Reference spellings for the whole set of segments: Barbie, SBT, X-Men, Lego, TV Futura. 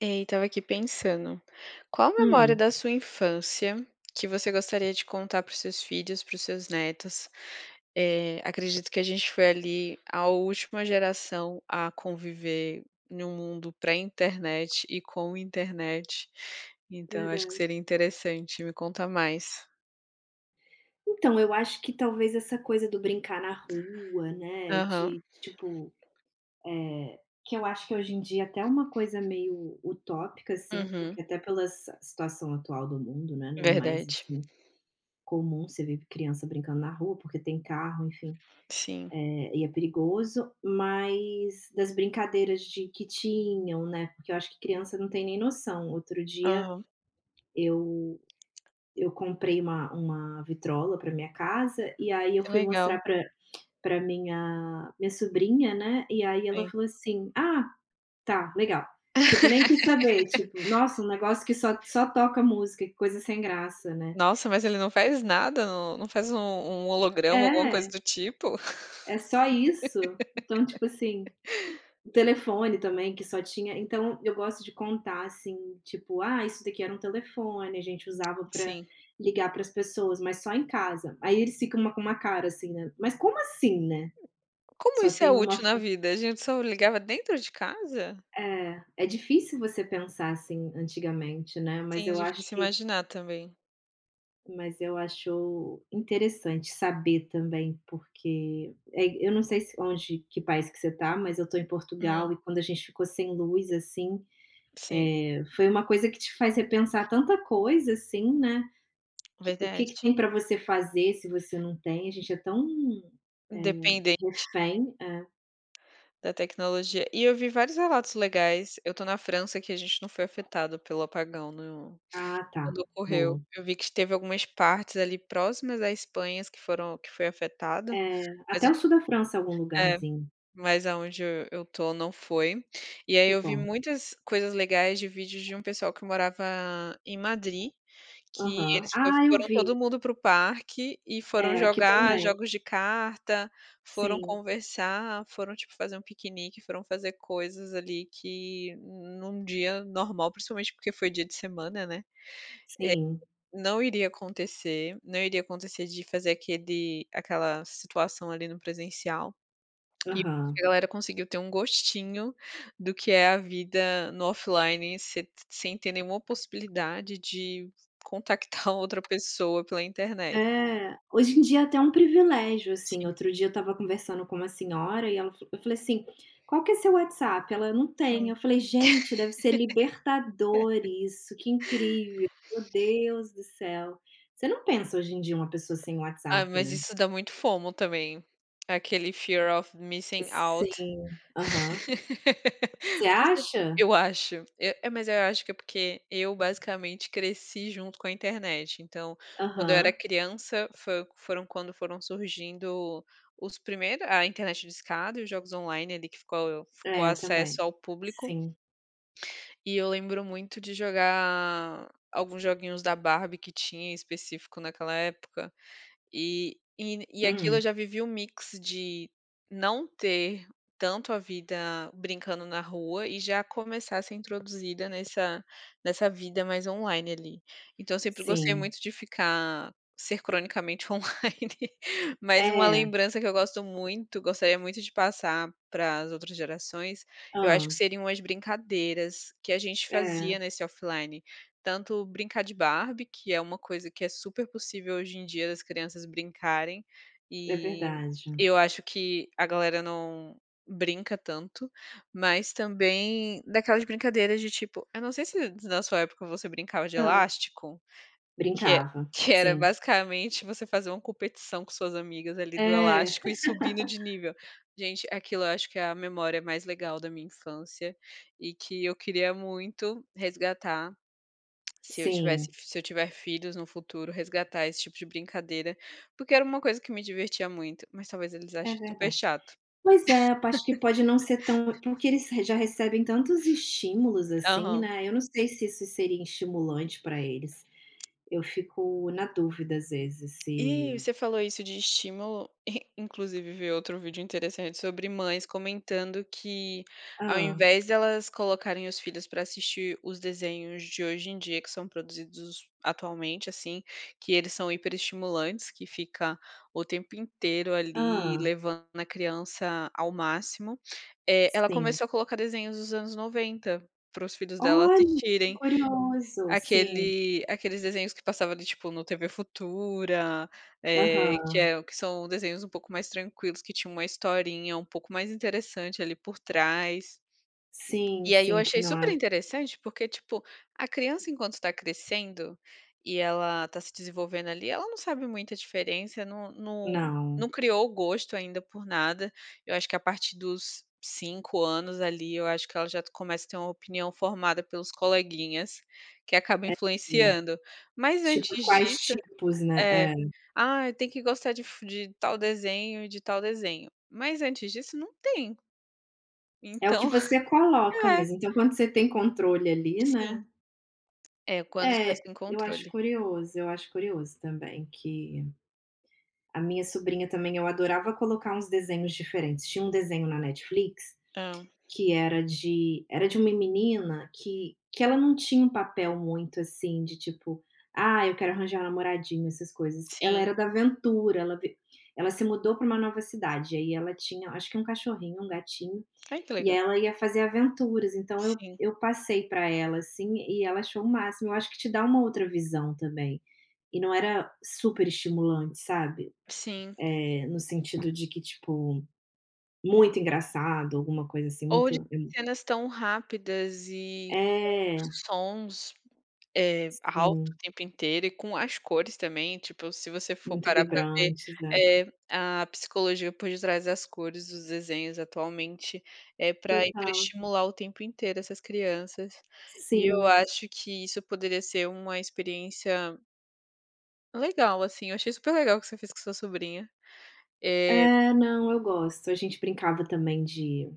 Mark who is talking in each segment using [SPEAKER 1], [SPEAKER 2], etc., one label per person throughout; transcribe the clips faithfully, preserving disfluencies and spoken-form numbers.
[SPEAKER 1] Ei, estava aqui pensando, qual memória
[SPEAKER 2] Hum,
[SPEAKER 1] da sua infância que você gostaria de contar para os seus filhos, para os seus netos? Eh, acredito que a gente foi ali a última geração a conviver em um mundo pré-internet e com internet, então acho que
[SPEAKER 2] verdade.
[SPEAKER 1] seria interessante, me contar mais.
[SPEAKER 2] Então, eu acho que talvez essa coisa do brincar na rua, né,
[SPEAKER 1] Aham,
[SPEAKER 2] de tipo, eh, que eu acho que hoje em dia até é uma coisa meio utópica, assim,
[SPEAKER 1] uhum,
[SPEAKER 2] porque até pela si situação atual do mundo, né, não é mais,
[SPEAKER 1] verdade,
[SPEAKER 2] assim, comum você ver criança brincando na rua, porque tem carro, enfim,
[SPEAKER 1] sim.
[SPEAKER 2] eh, e é perigoso, mas das brincadeiras de que tinham, né, porque eu acho que criança não tem nem noção. Outro dia
[SPEAKER 1] Aham,
[SPEAKER 2] eu eu comprei uma uma vitrola para minha casa, e aí eu
[SPEAKER 1] que
[SPEAKER 2] fui mostrar
[SPEAKER 1] legal,
[SPEAKER 2] para para minha minha sobrinha, né, e aí ela
[SPEAKER 1] sim.
[SPEAKER 2] falou assim: "Ah, tá, legal". Tipo, nem quis saber, tipo, nossa, um negócio que só só toca música, que coisa sem graça, né.
[SPEAKER 1] Nossa, mas ele não faz nada, não não faz um um holograma, alguma coisa
[SPEAKER 2] É,
[SPEAKER 1] do tipo?
[SPEAKER 2] é só isso. Então, tipo assim, o telefone também que só tinha, então eu gosto de contar, assim, tipo: "Ah, isso daqui era um telefone, a gente usava pra
[SPEAKER 1] Sim.
[SPEAKER 2] ligar para as pessoas, mas só em casa". Aí eles ficam uma com uma cara assim, né: "Mas como assim, né?
[SPEAKER 1] Como
[SPEAKER 2] Só
[SPEAKER 1] isso é
[SPEAKER 2] tem uma
[SPEAKER 1] útil na
[SPEAKER 2] fun"
[SPEAKER 1] vida? A gente só ligava dentro de casa?
[SPEAKER 2] É, é difícil você pensar assim antigamente, né, mas
[SPEAKER 1] Sim,
[SPEAKER 2] eu acho
[SPEAKER 1] difícil
[SPEAKER 2] que
[SPEAKER 1] imaginar também.
[SPEAKER 2] mas eu acho interessante saber também, porque, eh, eu não sei se onde que país que você tá, mas eu tô em Portugal
[SPEAKER 1] Hum,
[SPEAKER 2] e quando a gente ficou sem luz, assim,
[SPEAKER 1] sim,
[SPEAKER 2] é, foi uma coisa que te faz repensar tanta coisa, assim, né? Que- O que, que
[SPEAKER 1] verdade.
[SPEAKER 2] tem para você fazer se você não tem? A gente é tão é,
[SPEAKER 1] Dependem
[SPEAKER 2] refém. É.
[SPEAKER 1] da tecnologia. E eu vi vários relatos legais. Eu tô na França, que a gente não foi afetado pelo apagão no
[SPEAKER 2] Ah, tá.
[SPEAKER 1] quando ocorreu.
[SPEAKER 2] Boa.
[SPEAKER 1] Eu vi que teve algumas partes ali próximas à Espanha, que foram que foi afetada, mas
[SPEAKER 2] Até
[SPEAKER 1] eu
[SPEAKER 2] o
[SPEAKER 1] tô
[SPEAKER 2] sul da França, é algum
[SPEAKER 1] é,
[SPEAKER 2] lugarzinho.
[SPEAKER 1] mas aonde eu eu tô não foi. E aí
[SPEAKER 2] Que
[SPEAKER 1] eu vi
[SPEAKER 2] bom.
[SPEAKER 1] muitas coisas legais, de vídeos de um pessoal que morava em Madrid, que
[SPEAKER 2] Aham.
[SPEAKER 1] eles fo
[SPEAKER 2] Ah, eu
[SPEAKER 1] foram
[SPEAKER 2] vi.
[SPEAKER 1] todo mundo para o parque e foram
[SPEAKER 2] É, aqui
[SPEAKER 1] jogar
[SPEAKER 2] também.
[SPEAKER 1] jogos de carta, foram
[SPEAKER 2] Sim,
[SPEAKER 1] conversar, foram, tipo, fazer um piquenique, foram fazer coisas ali que num dia normal, principalmente porque foi dia de semana, né,
[SPEAKER 2] sim.
[SPEAKER 1] não iria acontecer, não iria acontecer de fazer aquele aquela situação ali no presencial. E eu acho que
[SPEAKER 2] Aham.
[SPEAKER 1] a galera conseguiu ter um gostinho do que é a vida no offline, se sem ter nenhuma possibilidade de contactar outra pessoa pela internet.
[SPEAKER 2] É, hoje em dia é até um privilégio, assim,
[SPEAKER 1] Sim,
[SPEAKER 2] outro dia eu estava conversando com uma senhora e ela fa- eu falei assim: "Qual que é seu WhatsApp?" Ela: "Não tem".
[SPEAKER 1] sim.
[SPEAKER 2] Eu falei: "Gente, deve ser libertador isso, que incrível, meu Deus do céu". Você não pensa hoje em dia uma pessoa sem
[SPEAKER 1] Ah,
[SPEAKER 2] WhatsApp,
[SPEAKER 1] mas
[SPEAKER 2] né?
[SPEAKER 1] isso dá muito FOMO também, aquele fear of missing out.
[SPEAKER 2] Sim, aham. Você
[SPEAKER 1] Você
[SPEAKER 2] acha?
[SPEAKER 1] Eu acho. Eu é, mas eu acho que é porque eu basicamente cresci junto com a internet, então, quando eu era
[SPEAKER 2] Aham.
[SPEAKER 1] criança, fo foram quando foram surgindo os primeiros, a internet discada e os jogos online ali, que ficou ficou
[SPEAKER 2] É, eu
[SPEAKER 1] acesso
[SPEAKER 2] também.
[SPEAKER 1] ao público,
[SPEAKER 2] Sim.
[SPEAKER 1] e eu lembro muito de jogar alguns joguinhos da Barbie que tinha em específico naquela época, e e e aquilo eu
[SPEAKER 2] Hum,
[SPEAKER 1] já vivi um mix de não ter tanto a vida brincando na rua e já começar a ser introduzida nessa nessa vida mais online ali. Então eu sempre gostei
[SPEAKER 2] sim.
[SPEAKER 1] muito de ficar ser cronicamente online, mas uma
[SPEAKER 2] É.
[SPEAKER 1] lembrança que eu gosto muito, gostaria muito de passar para as outras gerações, eu acho que
[SPEAKER 2] Ah.
[SPEAKER 1] seriam as brincadeiras que a gente
[SPEAKER 2] É,
[SPEAKER 1] fazia nesse offline. Tanto brincar de Barbie, que é uma coisa que é super possível hoje em dia das crianças brincarem,
[SPEAKER 2] é
[SPEAKER 1] e
[SPEAKER 2] verdade.
[SPEAKER 1] eu acho que a galera não brinca tanto, mas também daquelas brincadeiras de, tipo, eu não sei se na sua época você brincava de
[SPEAKER 2] Ah.
[SPEAKER 1] elástico, que é
[SPEAKER 2] Brincava,
[SPEAKER 1] que era
[SPEAKER 2] sim.
[SPEAKER 1] basicamente você fazer uma competição com suas amigas ali do
[SPEAKER 2] É,
[SPEAKER 1] elástico e subindo de nível. Gente, aquilo eu acho que é a memória mais legal da minha infância, e que eu queria muito resgatar, se eu tivesse
[SPEAKER 2] sim,
[SPEAKER 1] se eu tiver filhos no futuro, resgatar esse tipo de brincadeira, porque era uma coisa que me divertia muito, mas talvez eles
[SPEAKER 2] é
[SPEAKER 1] achem super
[SPEAKER 2] verdade.
[SPEAKER 1] chato.
[SPEAKER 2] Pois é, eu acho que pode não ser tão, porque eles re- já recebem tantos estímulos, assim,
[SPEAKER 1] Aham.
[SPEAKER 2] né, eu não sei se isso seria estimulante para eles. Eu fico na dúvida às vezes se
[SPEAKER 1] E você falou isso de estímulo, inclusive vi outro vídeo interessante sobre mães comentando que, ao
[SPEAKER 2] ah,
[SPEAKER 1] invés delas colocarem os filhos para assistir os desenhos de hoje em dia, que são produzidos atualmente, assim, que eles são hiperestimulantes, que fica o tempo inteiro ali
[SPEAKER 2] ah,
[SPEAKER 1] levando a criança ao máximo, eh, ela
[SPEAKER 2] sim.
[SPEAKER 1] começou a colocar desenhos dos anos noventa para os filhos dela
[SPEAKER 2] Olha, que
[SPEAKER 1] assistirem.
[SPEAKER 2] curioso. Sim,
[SPEAKER 1] Aquele aqueles desenhos que passava ali, tipo, no T V Futura, eh,
[SPEAKER 2] aham.
[SPEAKER 1] que é que são desenhos um pouco mais tranquilos, que tinham uma historinha um pouco mais interessante ali por trás.
[SPEAKER 2] Sim,
[SPEAKER 1] E aí eu
[SPEAKER 2] sim, que
[SPEAKER 1] achei
[SPEAKER 2] não
[SPEAKER 1] super
[SPEAKER 2] é
[SPEAKER 1] interessante, porque, tipo, a criança, enquanto está crescendo e ela está se desenvolvendo ali, ela não sabe muita diferença, não não
[SPEAKER 2] não,
[SPEAKER 1] não criou o gosto ainda por nada. Eu acho que a partir dos cinco anos ali, eu acho que ela já começa a ter uma opinião formada pelos coleguinhas, que acaba
[SPEAKER 2] é.
[SPEAKER 1] influenciando. Mas
[SPEAKER 2] Tipo,
[SPEAKER 1] antes
[SPEAKER 2] quais
[SPEAKER 1] disso
[SPEAKER 2] tipos, né.
[SPEAKER 1] é:
[SPEAKER 2] É.
[SPEAKER 1] "Ah, tem que gostar de fu de tal desenho e de tal desenho". Mas antes disso não tem.
[SPEAKER 2] É o que
[SPEAKER 1] Então
[SPEAKER 2] você coloca
[SPEAKER 1] é,
[SPEAKER 2] mesmo, então quando você tem controle ali, né.
[SPEAKER 1] sim. É, quando os pais
[SPEAKER 2] É,
[SPEAKER 1] têm
[SPEAKER 2] eu acho
[SPEAKER 1] controle.
[SPEAKER 2] curioso, eu acho curioso também que a minha sobrinha também eu adorava colocar uns desenhos diferentes. Tinha um desenho na Netflix
[SPEAKER 1] Hã.
[SPEAKER 2] que era de era de uma menina, que que ela não tinha um papel muito assim de tipo: "Ah, eu quero arranjar um namoradinho", essas coisas. Ela
[SPEAKER 1] Sim.
[SPEAKER 2] era da aventura, ela vi ela se mudou para uma nova cidade, aí ela tinha acho que um cachorrinho, um gatinho,
[SPEAKER 1] Ai, que
[SPEAKER 2] e
[SPEAKER 1] legal.
[SPEAKER 2] ela ia fazer aventuras, então eu
[SPEAKER 1] Sim,
[SPEAKER 2] eu passei para ela, assim, e ela achou o máximo. Eu acho que te dá uma outra visão também. E não era super estimulante, sabe,
[SPEAKER 1] sim.
[SPEAKER 2] eh, no sentido de que, tipo, muito engraçado, alguma coisa assim,
[SPEAKER 1] Ou de
[SPEAKER 2] muito
[SPEAKER 1] cenas tão rápidas e
[SPEAKER 2] é,
[SPEAKER 1] sons, eh, alto o
[SPEAKER 2] sim,
[SPEAKER 1] tempo inteiro, e com as cores também, tipo, se você for
[SPEAKER 2] muito
[SPEAKER 1] parar pra ver,
[SPEAKER 2] vibrante, é.
[SPEAKER 1] eh, a psicologia por detrás das cores dos desenhos atualmente é para
[SPEAKER 2] Total.
[SPEAKER 1] estimular o tempo inteiro essas crianças. E eu
[SPEAKER 2] Sim.
[SPEAKER 1] acho que isso poderia ser uma experiência legal, assim, eu achei super legal o que você fez com sua sobrinha. Eh
[SPEAKER 2] É, não, eu gosto. A gente brincava também de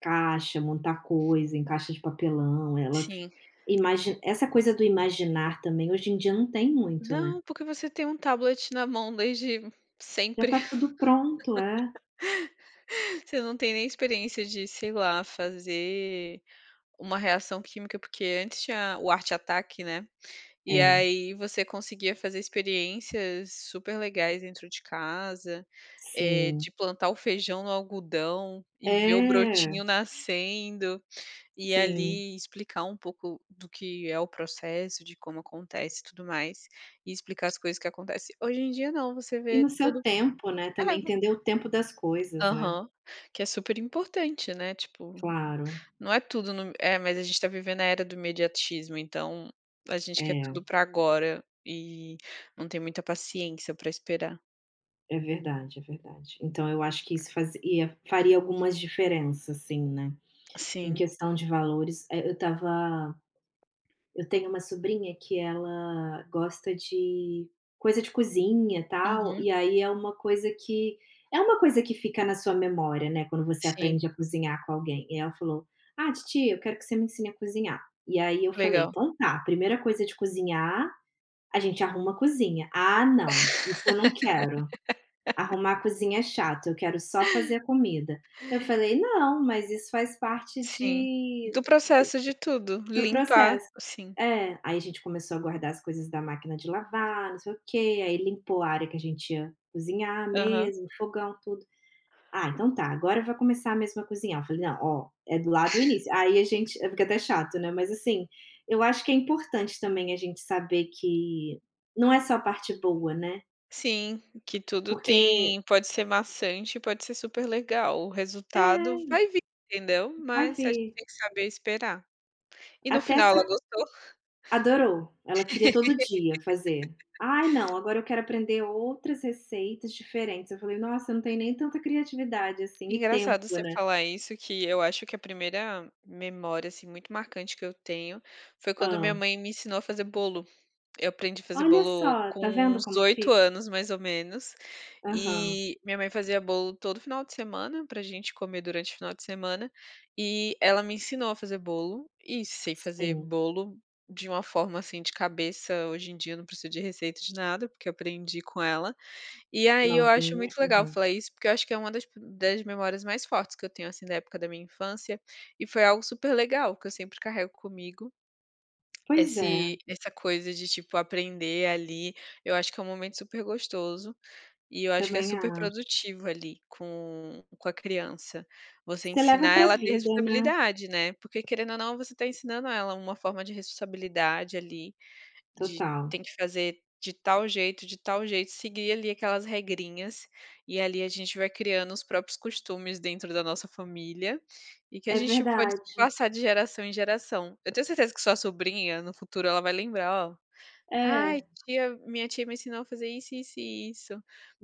[SPEAKER 2] caixa, montar coisa em caixa de papelão, ela fi
[SPEAKER 1] Sim.
[SPEAKER 2] essa coisa do imaginar também hoje em dia não tem muito, né.
[SPEAKER 1] Não, porque você tem um tablet na mão desde
[SPEAKER 2] Já
[SPEAKER 1] sempre.
[SPEAKER 2] tá tudo pronto, é.
[SPEAKER 1] Você não tem nem experiência de, sei lá, fazer uma reação química, porque antes tinha o arte ataque, né. E
[SPEAKER 2] É,
[SPEAKER 1] aí você conseguia fazer experiências super legais dentro de casa, eh,
[SPEAKER 2] sim.
[SPEAKER 1] de plantar o feijão no algodão e ver o
[SPEAKER 2] É,
[SPEAKER 1] brotinho nascendo. E
[SPEAKER 2] sim.
[SPEAKER 1] ali explicar um pouco do que é o processo, de como acontece e tudo mais, e explicar as coisas que acontecem. Hoje em dia não, você
[SPEAKER 2] E
[SPEAKER 1] vê
[SPEAKER 2] no seu
[SPEAKER 1] tudo.
[SPEAKER 2] tempo, né,
[SPEAKER 1] É,
[SPEAKER 2] também
[SPEAKER 1] vo
[SPEAKER 2] entender o tempo das coisas, né.
[SPEAKER 1] aham. Que é super importante, né, tipo,
[SPEAKER 2] Claro.
[SPEAKER 1] não é tudo no é, mas a gente tá vivendo a era do imediatismo, então a gente quer
[SPEAKER 2] É,
[SPEAKER 1] tudo pra agora e não tem muita paciência pra esperar.
[SPEAKER 2] é verdade, é verdade. Então eu acho que isso fazia, faria algumas diferenças sim, né, em
[SPEAKER 1] Sim.
[SPEAKER 2] questão de valores. Eh, eu estava eu tenho uma sobrinha que ela gosta de coisa de cozinha, tal,
[SPEAKER 1] Uhum.
[SPEAKER 2] e aí é uma coisa que é uma coisa que fica na sua memória, né, quando você
[SPEAKER 1] Sim,
[SPEAKER 2] aprende a cozinhar com alguém. E ela falou: "Ah, titia, eu quero que você me ensine a cozinhar". E aí eu falei:
[SPEAKER 1] legal.
[SPEAKER 2] "Então tá, primeira coisa de cozinhar, a gente arruma a cozinha". "Ah, não, isso eu não quero. Arrumar a cozinha é chato, eu quero só fazer a comida". Eu falei: "Não, mas isso faz parte
[SPEAKER 1] Sim.
[SPEAKER 2] de
[SPEAKER 1] Do processo de tudo,
[SPEAKER 2] do
[SPEAKER 1] limpar,
[SPEAKER 2] processo".
[SPEAKER 1] sim.
[SPEAKER 2] É, aí a gente começou a guardar as coisas da máquina de lavar, não sei o quê, aí limpou a área que a gente ia cozinhar
[SPEAKER 1] Aham.
[SPEAKER 2] mesmo, fogão, tudo. "Ah, então tá, agora vai começar mesmo a cozinhar", eu falei: "Não, ó, é do lado do início". Aí a gente fica até chato, né, mas assim, eu acho que é importante também a gente saber que não é só a parte boa, né,
[SPEAKER 1] Sim, que tudo
[SPEAKER 2] porque
[SPEAKER 1] tem, pode ser maçante, pode ser super legal, o resultado
[SPEAKER 2] é,
[SPEAKER 1] vai vir, entendeu?
[SPEAKER 2] vai
[SPEAKER 1] Mas a gente
[SPEAKER 2] vir.
[SPEAKER 1] tem que saber esperar. E no
[SPEAKER 2] Até
[SPEAKER 1] final ela
[SPEAKER 2] essa
[SPEAKER 1] gostou.
[SPEAKER 2] adorou, ela queria todo dia fazer. "Ai não, agora eu quero aprender outras receitas diferentes", eu falei: "Nossa, eu não tenho nem tanta criatividade assim e tempo,
[SPEAKER 1] Engraçado você
[SPEAKER 2] né".
[SPEAKER 1] falar isso, que eu acho que a primeira memória, assim, muito marcante que eu tenho, foi quando minha
[SPEAKER 2] Ah,
[SPEAKER 1] mãe me ensinou a fazer bolo. Eu aprendi a fazer
[SPEAKER 2] olha
[SPEAKER 1] bolo
[SPEAKER 2] só,
[SPEAKER 1] com
[SPEAKER 2] tá vendo
[SPEAKER 1] uns
[SPEAKER 2] como
[SPEAKER 1] oito
[SPEAKER 2] fica?
[SPEAKER 1] anos, mais ou menos,
[SPEAKER 2] Aham,
[SPEAKER 1] e minha mãe fazia bolo todo final de semana pra gente comer durante o final de semana, e ela me ensinou a fazer bolo, e sei fazer
[SPEAKER 2] sim,
[SPEAKER 1] bolo de uma forma, assim, de cabeça. Hoje em dia eu não preciso de receita de nada, porque eu aprendi com ela. E aí eu acho
[SPEAKER 2] novinha,
[SPEAKER 1] muito legal
[SPEAKER 2] aham.
[SPEAKER 1] falar isso, porque eu acho que é uma das das memórias mais fortes que eu tenho, assim, da época da minha infância, e foi algo super legal que eu sempre carrego comigo.
[SPEAKER 2] Pois é,
[SPEAKER 1] Esse essa coisa de, tipo, aprender ali, eu acho que é um momento super gostoso, e eu acho que é
[SPEAKER 2] também
[SPEAKER 1] super
[SPEAKER 2] acho.
[SPEAKER 1] produtivo ali com com a criança. Você
[SPEAKER 2] Você leva
[SPEAKER 1] ensinar
[SPEAKER 2] pra
[SPEAKER 1] ela a ter
[SPEAKER 2] vida, né.
[SPEAKER 1] responsabilidade, né, porque querendo ou não você está ensinando ela uma forma de responsabilidade ali. De
[SPEAKER 2] Total.
[SPEAKER 1] tem que fazer de tal jeito, de tal jeito, seguir ali aquelas regrinhas, e ali a gente vai criando os próprios costumes dentro da nossa família, e que a
[SPEAKER 2] É
[SPEAKER 1] gente pode
[SPEAKER 2] verdade.
[SPEAKER 1] passar de geração em geração. Eu tenho certeza que sua sobrinha, no futuro, ela vai lembrar, ó: "Ai,
[SPEAKER 2] É,
[SPEAKER 1] tia minha tia me ensinou a fazer isso, isso e isso.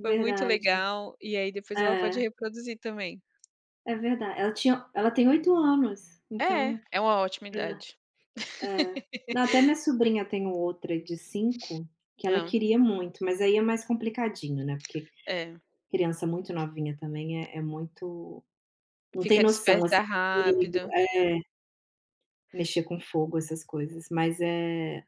[SPEAKER 1] Foi muito legal", e aí depois ela pode
[SPEAKER 2] É,
[SPEAKER 1] reproduzir também.
[SPEAKER 2] é verdade. Ela tinha, ela tem oito anos,
[SPEAKER 1] É,
[SPEAKER 2] então
[SPEAKER 1] é uma ótima
[SPEAKER 2] ela
[SPEAKER 1] idade.
[SPEAKER 2] é. Não, até minha sobrinha tem outra de cinco que ela
[SPEAKER 1] Hã,
[SPEAKER 2] queria muito, mas aí é mais complicadinho, né, porque
[SPEAKER 1] é.
[SPEAKER 2] criança muito novinha também é é muito, não tem
[SPEAKER 1] Fica
[SPEAKER 2] noção, assim,
[SPEAKER 1] desperta
[SPEAKER 2] do perigo,
[SPEAKER 1] rápido.
[SPEAKER 2] é, mexer com fogo, essas coisas. Mas, é,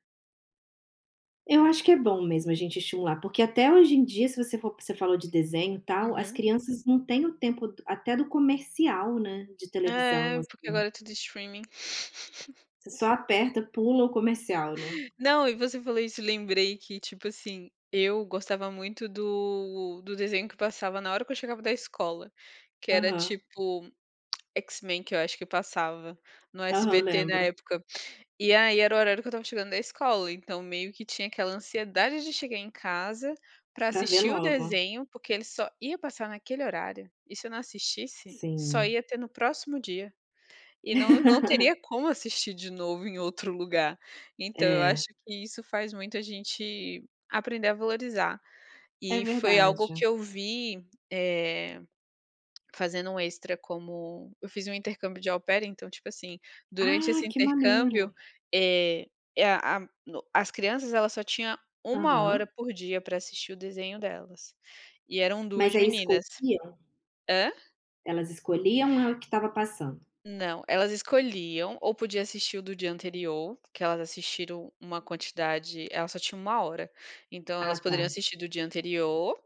[SPEAKER 2] eu acho que é bom mesmo a gente estimular, porque até hoje em dia, se você for, você falou de desenho, e tal, as
[SPEAKER 1] Uhum.
[SPEAKER 2] crianças não têm o tempo do até do comercial, né, de televisão,
[SPEAKER 1] É,
[SPEAKER 2] assim.
[SPEAKER 1] porque agora é tudo streaming.
[SPEAKER 2] Você só aperta, pula o comercial, né.
[SPEAKER 1] Não, e você falou isso, lembrei que, tipo assim, eu gostava muito do do desenho que passava na hora que eu chegava da escola, que era
[SPEAKER 2] Aham.
[SPEAKER 1] tipo X-Men, que eu acho que passava no
[SPEAKER 2] Aham,
[SPEAKER 1] S B T na
[SPEAKER 2] lembro.
[SPEAKER 1] época. E aí era o horário que eu estava chegando da escola, então meio que tinha aquela ansiedade de chegar em casa pra
[SPEAKER 2] Pra ver
[SPEAKER 1] assistir o
[SPEAKER 2] logo.
[SPEAKER 1] desenho, porque ele só ia passar naquele horário, e se eu não assistisse, só
[SPEAKER 2] Sim.
[SPEAKER 1] ia ter no próximo dia. E não não teria como assistir de novo em outro lugar. Então eu
[SPEAKER 2] É,
[SPEAKER 1] acho que isso faz muito a gente aprender a valorizar.
[SPEAKER 2] é
[SPEAKER 1] E foi algo que
[SPEAKER 2] verdade.
[SPEAKER 1] eu vi, eh, fazendo um extra, como eu fiz um intercâmbio de au pair, então, tipo assim, durante
[SPEAKER 2] Ah,
[SPEAKER 1] esse
[SPEAKER 2] que maneiro.
[SPEAKER 1] intercâmbio, eh, eh, a a no as crianças, elas só tinha uma hora
[SPEAKER 2] Aham.
[SPEAKER 1] por dia para assistir o desenho delas, e eram
[SPEAKER 2] Mas
[SPEAKER 1] duas
[SPEAKER 2] aí
[SPEAKER 1] meninas.
[SPEAKER 2] escolhiam? Elas escolhiam é o que estava passando?
[SPEAKER 1] Não, elas escolhiam, ou podia assistir o do dia anterior, que elas assistiram uma quantidade, elas só tinham uma hora. Então elas
[SPEAKER 2] Ah, tá.
[SPEAKER 1] poderiam assistir do dia anterior,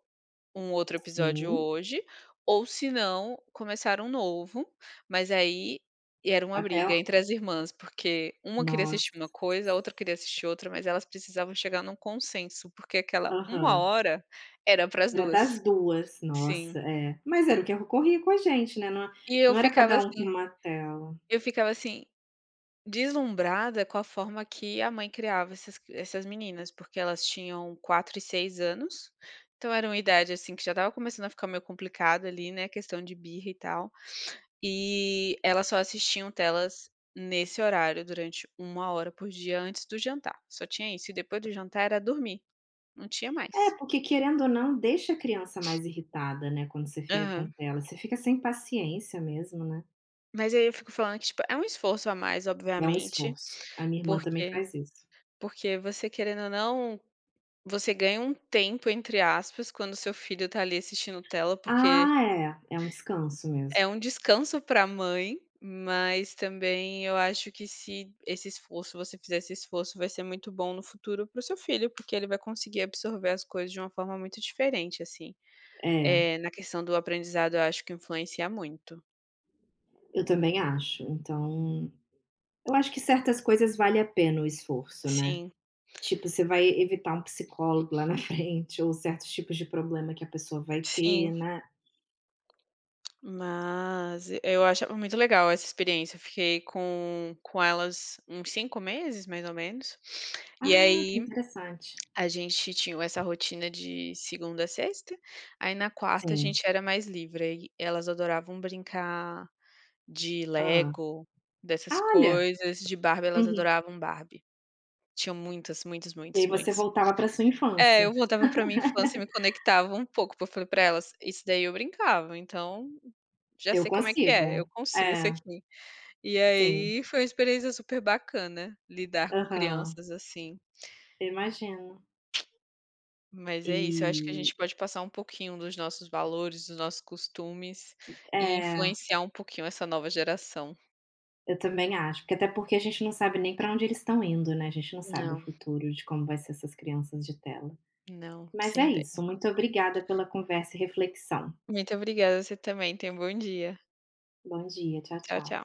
[SPEAKER 1] um outro episódio
[SPEAKER 2] Sim,
[SPEAKER 1] hoje, ou se não, começar um novo, mas aí era uma
[SPEAKER 2] até
[SPEAKER 1] briga
[SPEAKER 2] o
[SPEAKER 1] entre as irmãs, porque uma queria assistir uma
[SPEAKER 2] nossa,
[SPEAKER 1] coisa, a outra queria assistir outra, mas elas precisavam chegar num consenso, porque aquela uma
[SPEAKER 2] aham.
[SPEAKER 1] hora era para as
[SPEAKER 2] Era
[SPEAKER 1] duas.
[SPEAKER 2] das duas,
[SPEAKER 1] Sim.
[SPEAKER 2] nossa, é. Mas era o que ocorria com a gente, né, não
[SPEAKER 1] E eu
[SPEAKER 2] não era
[SPEAKER 1] ficava
[SPEAKER 2] cada um com
[SPEAKER 1] assim
[SPEAKER 2] uma tela.
[SPEAKER 1] eu ficava assim: deslumbrada com a forma que a mãe criava essas essas meninas, porque elas tinham quatro e seis anos, então era uma idade, assim, que já estava começando a ficar meio complicado ali, né, questão de birra e tal, e elas só assistiam telas nesse horário durante uma hora por dia antes do jantar, só tinha isso, e depois do jantar era dormir, não tinha
[SPEAKER 2] É,
[SPEAKER 1] mais.
[SPEAKER 2] porque querendo ou não, deixa a criança mais irritada, né, quando você fica com
[SPEAKER 1] Aham.
[SPEAKER 2] tela, você fica sem paciência mesmo, né.
[SPEAKER 1] Mas aí eu fico falando que, tipo, é um esforço a mais,
[SPEAKER 2] É um
[SPEAKER 1] obviamente,
[SPEAKER 2] esforço. A minha irmã também
[SPEAKER 1] porque
[SPEAKER 2] faz isso.
[SPEAKER 1] porque você, querendo ou não, você ganha um tempo, entre aspas, quando seu filho tá ali assistindo tela, porque
[SPEAKER 2] Ah, é. É um descanso
[SPEAKER 1] é
[SPEAKER 2] mesmo.
[SPEAKER 1] um descanso pra mãe, mas também eu acho que se esse esforço, você fizer esse esforço, vai ser muito bom no futuro para o seu filho, porque ele vai conseguir absorver as coisas de uma forma muito diferente, assim.
[SPEAKER 2] É,
[SPEAKER 1] É na questão do aprendizado, eu acho que influencia muito.
[SPEAKER 2] eu também acho. Então, eu acho que certas coisas vale a pena o esforço, né.
[SPEAKER 1] Sim,
[SPEAKER 2] Tipo, você vai evitar um psicólogo lá na frente ou certos tipos de problema que a pessoa vai ter,
[SPEAKER 1] sim.
[SPEAKER 2] né.
[SPEAKER 1] Mas eu achava muito legal essa experiência. Eu fiquei com com elas uns cinco meses, mais ou menos. E
[SPEAKER 2] Ah, que
[SPEAKER 1] aí
[SPEAKER 2] interessante.
[SPEAKER 1] a gente tinha essa rotina de segunda a sexta, aí na quarta a
[SPEAKER 2] Sim.
[SPEAKER 1] gente era mais livre, aí elas adoravam brincar de Lego,
[SPEAKER 2] Ah,
[SPEAKER 1] dessas
[SPEAKER 2] olha!
[SPEAKER 1] coisas, de Barbie, elas
[SPEAKER 2] Uhum.
[SPEAKER 1] adoravam Barbie. Tinham muitas, muitas,
[SPEAKER 2] E
[SPEAKER 1] muitas,
[SPEAKER 2] aí você
[SPEAKER 1] muitas.
[SPEAKER 2] voltava para sua
[SPEAKER 1] É,
[SPEAKER 2] infância.
[SPEAKER 1] eu voltava pra minha infância e me conectava um pouco, porque eu falei pra elas: "Isso daí eu brincava, então já
[SPEAKER 2] Eu
[SPEAKER 1] sei como é que é,
[SPEAKER 2] consigo.
[SPEAKER 1] eu consigo isso
[SPEAKER 2] É,
[SPEAKER 1] aqui". E
[SPEAKER 2] sim.
[SPEAKER 1] aí foi uma experiência super bacana lidar com
[SPEAKER 2] Aham.
[SPEAKER 1] crianças assim.
[SPEAKER 2] Eu imagino.
[SPEAKER 1] Mas é isso, eu acho que a
[SPEAKER 2] E
[SPEAKER 1] gente pode passar um pouquinho dos nossos valores, dos nossos costumes, e
[SPEAKER 2] é.
[SPEAKER 1] influenciar um pouquinho essa nova geração.
[SPEAKER 2] Eu também acho, porque até porque a gente não sabe nem para onde eles estão indo, né, a gente não sabe o
[SPEAKER 1] Não.
[SPEAKER 2] futuro de como vai ser essas crianças de tela.
[SPEAKER 1] Não,
[SPEAKER 2] Mas
[SPEAKER 1] sem
[SPEAKER 2] é
[SPEAKER 1] ideia.
[SPEAKER 2] isso, muito obrigada pela conversa e reflexão.
[SPEAKER 1] Muito obrigada, você também. Tenha um bom dia.
[SPEAKER 2] Bom dia, tchau,
[SPEAKER 1] Tchau,
[SPEAKER 2] tchau.
[SPEAKER 1] tchau.